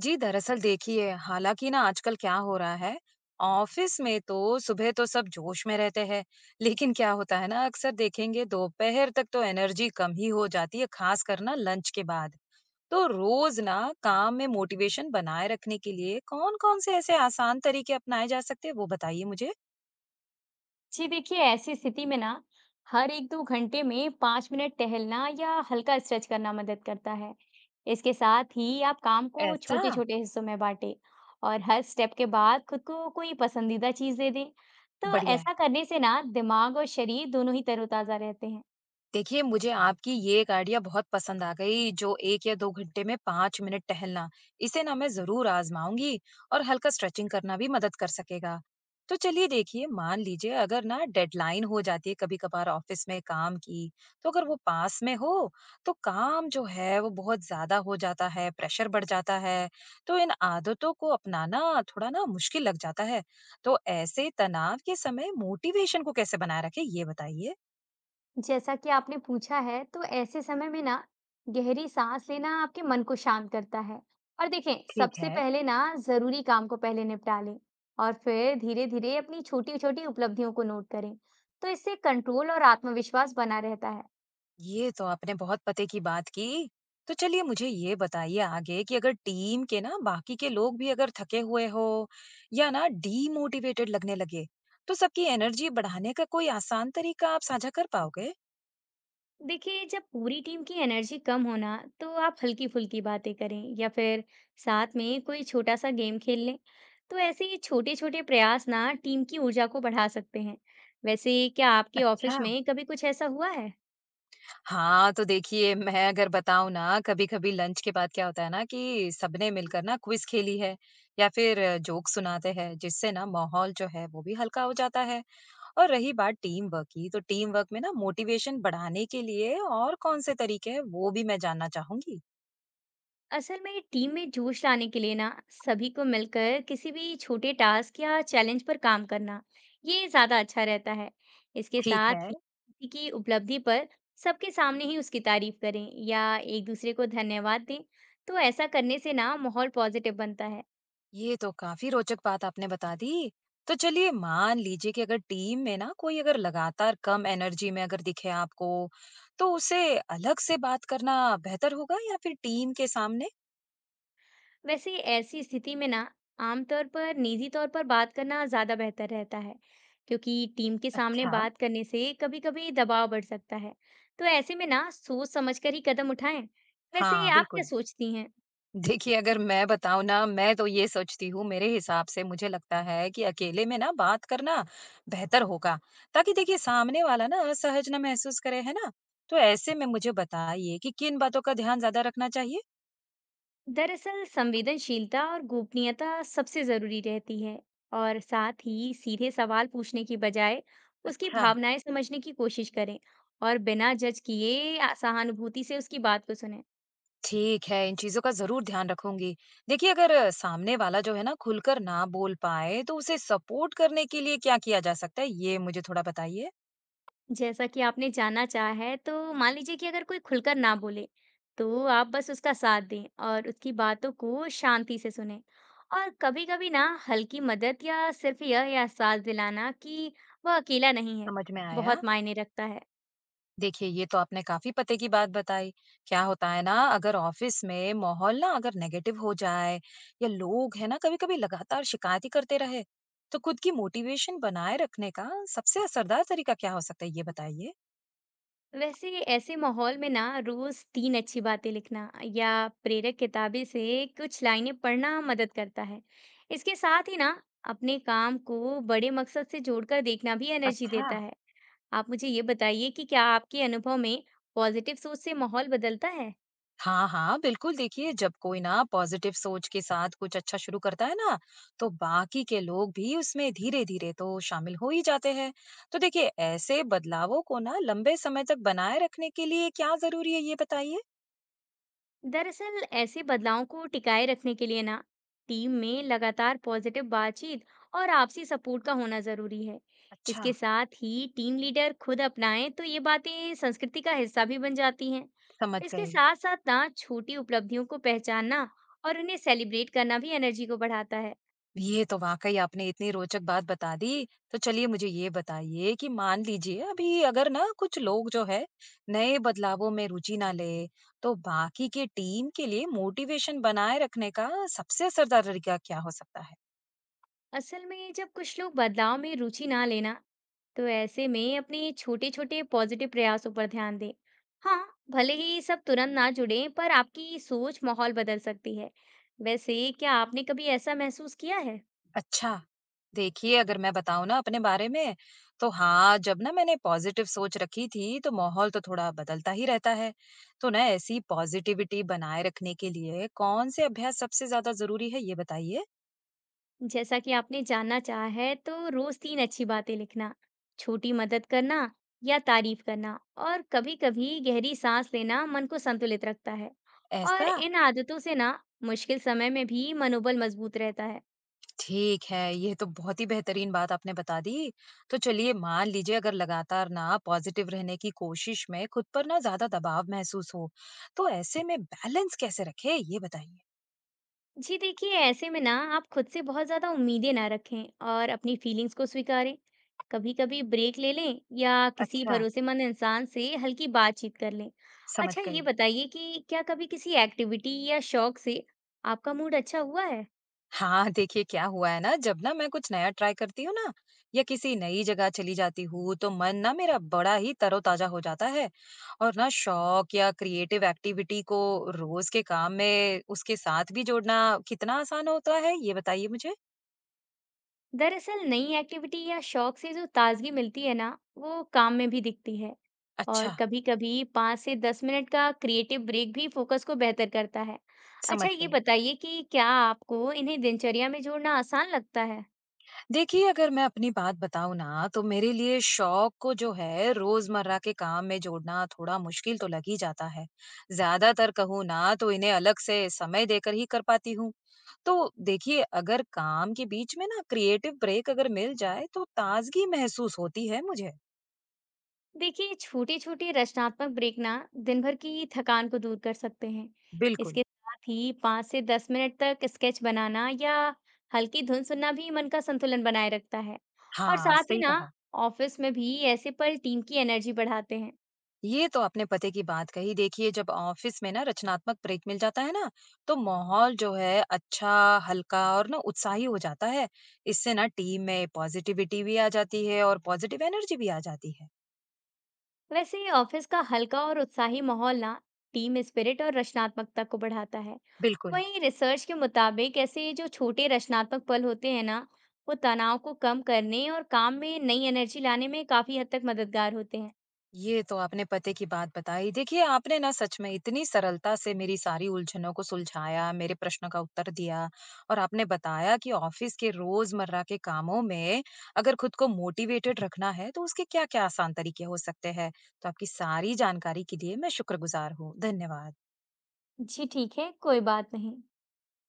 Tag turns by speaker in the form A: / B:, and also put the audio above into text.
A: जी, दरअसल देखिए, हालाँकि ना आजकल क्या हो रहा है, ऑफ़िस में तो सुबह तो सब जोश में रहते हैं, लेकिन क्या होता है ना, अक्सर देखेंगे दोपहर तक तो एनर्जी कम ही हो जाती है, ख़ासकर ना लंच के बाद। तो रोज़ ना काम में मोटिवेशन बनाए रखने के लिए कौन-कौन से ऐसे आसान तरीके अपनाए जा सकते हैं, वो बताइए मुझे?
B: जी देखिए, ऐसी स्थिति में ना हर एक दो घंटे में 5 मिनट टहलना या हल्का स्ट्रेच करना मदद करता है। इसके साथ ही आप काम को
A: ऐसा?
B: छोटे छोटे हिस्सों में बांटें और हर स्टेप के बाद खुद को कोई पसंदीदा चीज दे दें। तो
A: बढ़िया है।
B: ऐसा करने से ना दिमाग और शरीर दोनों ही तरोताजा रहते हैं।
A: देखिए, मुझे आपकी ये एक आइडिया बहुत पसंद आ गई जो 1 या 2 घंटे में 5 मिनट टहलना, इसे ना मैं ज़रूर आज़माऊँगी और हल्का स्ट्रेचिंग करना भी मदद कर सकेगा। तो चलिए देखिए, मान लीजिए अगर ना डेडलाइन हो जाती है कभी-कभार ऑफ़िस में काम की, तो अगर वो पास में हो, तो काम जो है वो बहुत ज़्यादा हो जाता है, प्रेशर बढ़ जाता है, तो इन आदतों को अपनाना थोड़ा ना मुश्किल लग जाता है। तो ऐसे तनाव के समय मोटिवेशन को कैसे बनाए रखें, ये बताइए?
B: जैसा कि आपने पूछा है, तो ऐसे समय में ना गहरी सांस लेना आपके मन को शांत करता है। और देखें,
A: ठीक
B: सबसे
A: है।
B: पहले ना जरूरी काम को पहले निपटा लें, और फिर धीरे-धीरे अपनी छोटी-छोटी उपलब्धियों को नोट करें। तो इससे कंट्रोल और आत्मविश्वास बना रहता है।
A: ये तो आपने बहुत पते की बात की। तो चलिए मुझे ये बताइए आगे कि अगर टीम के ना बाकी के लोग भी अगर थके हुए हो या ना डीमोटिवेटेड लगने लगे, तो सबकी एनर्जी बढ़ाने का कोई आसान तरीका आप साझा कर पाओगे?
B: देखिए, जब पूरी टीम की एनर्जी कम होना, तो आप हल्की फुल्की बातें करें या फिर साथ में कोई छोटा सा गेम खेल लें। तो ऐसे ये छोटे छोटे प्रयास ना टीम की ऊर्जा को बढ़ा सकते हैं। वैसे क्या आपके
A: अच्छा।
B: ऑफिस में कभी कुछ ऐसा हुआ है?
A: हाँ, तो देखिए मैं अगर बताऊं ना कभी कभी लंच के बाद क्या होता है ना कि सबने मिलकर ना क्विज खेली है या फिर जोक सुनाते हैं जिससे ना माहौल जो है वो भी हल्का हो जाता है। और रही बात टीम वर्क की, तो टीम वर्क में ना मोटिवेशन बढ़ाने के लिए और कौन से तरीके हैं वो भी मैं जानना चाहूंगी।
B: असल में टीम में जोश लाने के लिए ना सभी को मिलकर किसी भी छोटे टास्क या चैलेंज पर काम करना, ये ज्यादा अच्छा रहता है। इसके
A: ठीक
B: साथ
A: है।
B: ही किसी की उपलब्धि पर सबके सामने ही उसकी तारीफ करें या एक दूसरे को धन्यवाद दें। तो ऐसा करने से ना माहौल पॉजिटिव बनता है।
A: ये तो काफी रोचक बात आपने बता दी। तो चलिए मान लीजिए कि अगर टीम में ना कोई अगर लगातार कम एनर्जी में अगर दिखे आपको, तो उसे अलग से बात करना बेहतर होगा या फिर टीम के सामने।
B: वैसे ऐसी स्थिति में ना आमतौर पर निजी तौर पर बात करना ज़्यादा बेहतर रहता है, क्योंकि टीम के सामने
A: अच्छा।
B: बात करने से कभी-कभी दबाव बढ़ सकता है। तो ऐसे में ना सोच समझकर ही कदम उठाएं। वैसे
A: हाँ
B: आप क्या
A: बिल्कुल।
B: सोचती हैं?
A: देखिए, अगर मैं बताऊँ ना, मैं तो ये सोचती हूँ मेरे हिसाब से मुझे लगता है कि अकेले में ना बात करना बेहतर होगा, ताकि देखिए सामने वाला ना असहज ना महसूस करे, है ना? तो ऐसे में मुझे बताइए कि किन बातों का ध्यान ज़्यादा रखना चाहिए?
B: दरअसल, संवेदनशीलता और गोपनीयता सबसे ज़रूरी रहती है। और साथ ही सीधे सवाल पूछने की बजाय उसकी
A: अच्छा।
B: भावनाएं समझने की कोशिश करें, और बिना जज किए सहानुभूति से उसकी बात को सुनें।
A: ठीक है, इन चीज़ों का ज़रूर ध्यान रखूँगी। देखिए, अगर सामने वाला जो है ना खुलकर ना बोल पाए, तो उसे सपोर्ट करने के लिए क्या किया जा सकता है? ये मुझे थोड़ा बताइए।
B: जैसा कि आपने जानना चाहा है, तो मान लीजिए कि अगर कोई खुलकर ना बोले, तो आप बस उसका साथ दें और उसकी बातों को शांति से सुनें। और कभी-कभी ना हल्की मदद या सिर्फ यह एहसास दिलाना कि वह अकेला नहीं है,
A: समझ में आया।
B: बहुत मायने रखता है।
A: देखिए, ये तो आपने काफी पते की बात बताई। क्या होता है ना अगर ऑफिस में माहौल ना अगर नेगेटिव हो जाए या लोग है ना कभी-कभी लगातार शिकायत ही करते रहे, तो खुद की मोटिवेशन बनाए रखने का सबसे असरदार तरीका क्या हो सकता है, ये बताइए?
B: वैसे ऐसे माहौल में ना रोज तीन अच्छी बातें लिखना या प्रेरक किताबें से कुछ लाइनें पढ़ना मदद करता है। इसके साथ ही ना अपने काम को बड़े मकसद से जोड़कर देखना भी एनर्जी
A: अच्छा।
B: देता है। आप मुझे ये बताइए कि क्या आपके अनुभव में पॉजिटिव सोच से माहौल बदलता है?
A: हाँ हाँ बिल्कुल। देखिए, जब कोई ना पॉजिटिव सोच के साथ कुछ अच्छा शुरू करता है ना, तो बाकी के लोग भी उसमें धीरे धीरे तो शामिल हो ही जाते हैं। तो देखिए ऐसे बदलावों को ना लंबे समय तक बनाए रखने के लिए क्या जरूरी है, ये बताइए।
B: दरअसल, ऐसे बदलावों को टिकाए रखने के लिए ना टीम में लगातार पॉजिटिव बातचीत और आपसी सपोर्ट का होना जरूरी है।
A: अच्छा,
B: इसके साथ ही टीम लीडर खुद अपनाएं तो ये बातें संस्कृति का हिस्सा भी बन जाती हैं।
A: समझ
B: इसके
A: गई।
B: साथ साथ ना छोटी उपलब्धियों को पहचानना और उन्हें सेलिब्रेट करना भी एनर्जी को बढ़ाता है।
A: ये तो वाक़ई आपने इतनी रोचक बात बता दी। तो चलिए मुझे ये बताइए कि मान लीजिए अभी अगर ना कुछ लोग जो है नए बदलावों में रुचि ना ले, तो बाकी के टीम के लिए मोटिवेशन बनाए रखने का सबसे असरदार तरीका क्या हो सकता है?
B: असल में जब कुछ लोग बदलाव में रुचि ना लेना, तो ऐसे में अपने छोटे छोटे पॉजिटिव प्रयासों पर ध्यान दें। हाँ, भले ही सब तुरंत ना जुड़े, पर आपकी सोच माहौल बदल सकती है। वैसे क्या आपने कभी ऐसा महसूस किया है?
A: अच्छा, देखिए अगर मैं बताऊँ ना अपने बारे में, तो हाँ, जब ना मैंने पॉज़िटिव सोच रखी थी, तो माहौल तो थोड़ा बदलता ही रहता है। तो ना ऐसी पॉज़िटिविटी बनाए रखने के लिए कौन से अभ्यास सबसे ज़्यादा ज़रूरी है, ये बताइए?
B: जैसा कि आपने जानना चाहा है, तो रोज तीन अच्छी बातें लिखना, छोटी मदद करना या तारीफ करना, और कभी कभी गहरी सांस लेना मन को संतुलित रखता है। और
A: ऐसा?
B: इन आदतों से ना मुश्किल समय में भी मनोबल मजबूत रहता है।
A: ठीक है, ये तो बहुत ही बेहतरीन बात आपने बता दी। तो चलिए मान लीजिए अगर लगातार ना पॉज़िटिव रहने की कोशिश में खुद पर ना ज़्यादा दबाव महसूस हो, तो ऐसे में बैलेंस कैसे रखें, ये बताइए?
B: जी देखिए, ऐसे में ना आप खुद से बहुत ज़्यादा उम्मीदें ना रखें, और अपनी फीलिंग्स को स्वीकारें। कभी कभी ब्रेक ले लें या किसी
A: अच्छा,
B: भरोसेमंद इंसान से हल्की बातचीत कर लें।
A: समझ
B: अच्छा,
A: गई।
B: ये बताइए कि क्या कभी किसी एक्टिविटी या शौक से आपका मूड अच्छा हुआ है?
A: हाँ, देखिए क्या हुआ है ना जब ना मैं कुछ नया ट्राई करती हूँ ना या किसी नई जगह चली जाती हूँ तो मन ना मेरा बड़ा ही तरोताजा हो जाता है। और ना शौक या क्रिएटिव एक्टिविटी को रोज के काम में उसके साथ भी जोड़ना कितना आसान होता है, ये बताइए मुझे।
B: दरअसल, नई एक्टिविटी या शौक से जो ताजगी मिलती है ना, वो काम में भी दिखती है। और
A: अच्छा।
B: कभी-कभी 5 से 10 मिनट का क्रिएटिव ब्रेक भी फोकस को बेहतर करता है।
A: समझ
B: अच्छा, ये
A: गई।
B: बताइए कि क्या आपको इन्हें दिनचर्या में जोड़ना आसान लगता है?
A: देखिए, अगर मैं अपनी बात बताऊँ ना, तो मेरे लिए शौक को जो है रोज़मर्रा के काम में जोड़ना थोड़ा मुश्किल तो लग ही जाता है। ज़्यादातर कहूँ ना तो इन्हें अलग से समय देकर ही कर पाती हूँ। तो देखिए, अगर काम के बीच में ना क्रिएटिव ब्रेक अगर मिल जाए तो ताज़गी महसूस होती है मुझे।
B: देखिए, छोटे-छोटे रचनात्मक ब्रेक ना दिन भर की थकान को दूर कर सकते हैं।
A: बिल्कुल।
B: इसके साथ ही 5 से 10 मिनट तक स्केच बनाना या हल्की धुन सुनना भी मन का संतुलन बनाए रखता है। और
A: हाँ,
B: साथ ही
A: सही
B: ना
A: कहा।
B: ऑफिस में भी ऐसे पल टीम की एनर्जी बढ़ाते हैं।
A: ये तो आपने पते की बात कही। देखिए, जब ऑफिस में ना रचनात्मक ब्रेक मिल जाता है ना, तो माहौल जो है अच्छा, हल्का और ना उत्साही हो जाता है। इससे ना टीम में पॉजिटिविटी भी आ जाती है और पॉजिटिव एनर्जी भी आ जाती है।
B: वैसे ये ऑफिस का हल्का और उत्साही माहौल ना टीम स्पिरिट और रचनात्मकता को बढ़ाता है।
A: बिल्कुल।
B: वहीं रिसर्च के मुताबिक ऐसे जो छोटे रचनात्मक पल होते हैं ना, वो तनाव को कम करने और काम में नई एनर्जी लाने में काफी हद तक मददगार होते हैं।
A: ये तो आपने पते की बात बताई। देखिए, आपने ना सच में इतनी सरलता से मेरी सारी उलझनों को सुलझाया, मेरे प्रश्नों का उत्तर दिया और आपने बताया कि ऑफ़िस के रोज़मर्रा के कामों में अगर खुद को मोटिवेटेड रखना है, तो उसके क्या-क्या आसान तरीके हो सकते हैं। तो आपकी सारी जानकारी के लिए मैं शुक्रगुज़ार हूँ। धन्यवाद।
B: जी ठीक है, कोई बात नहीं।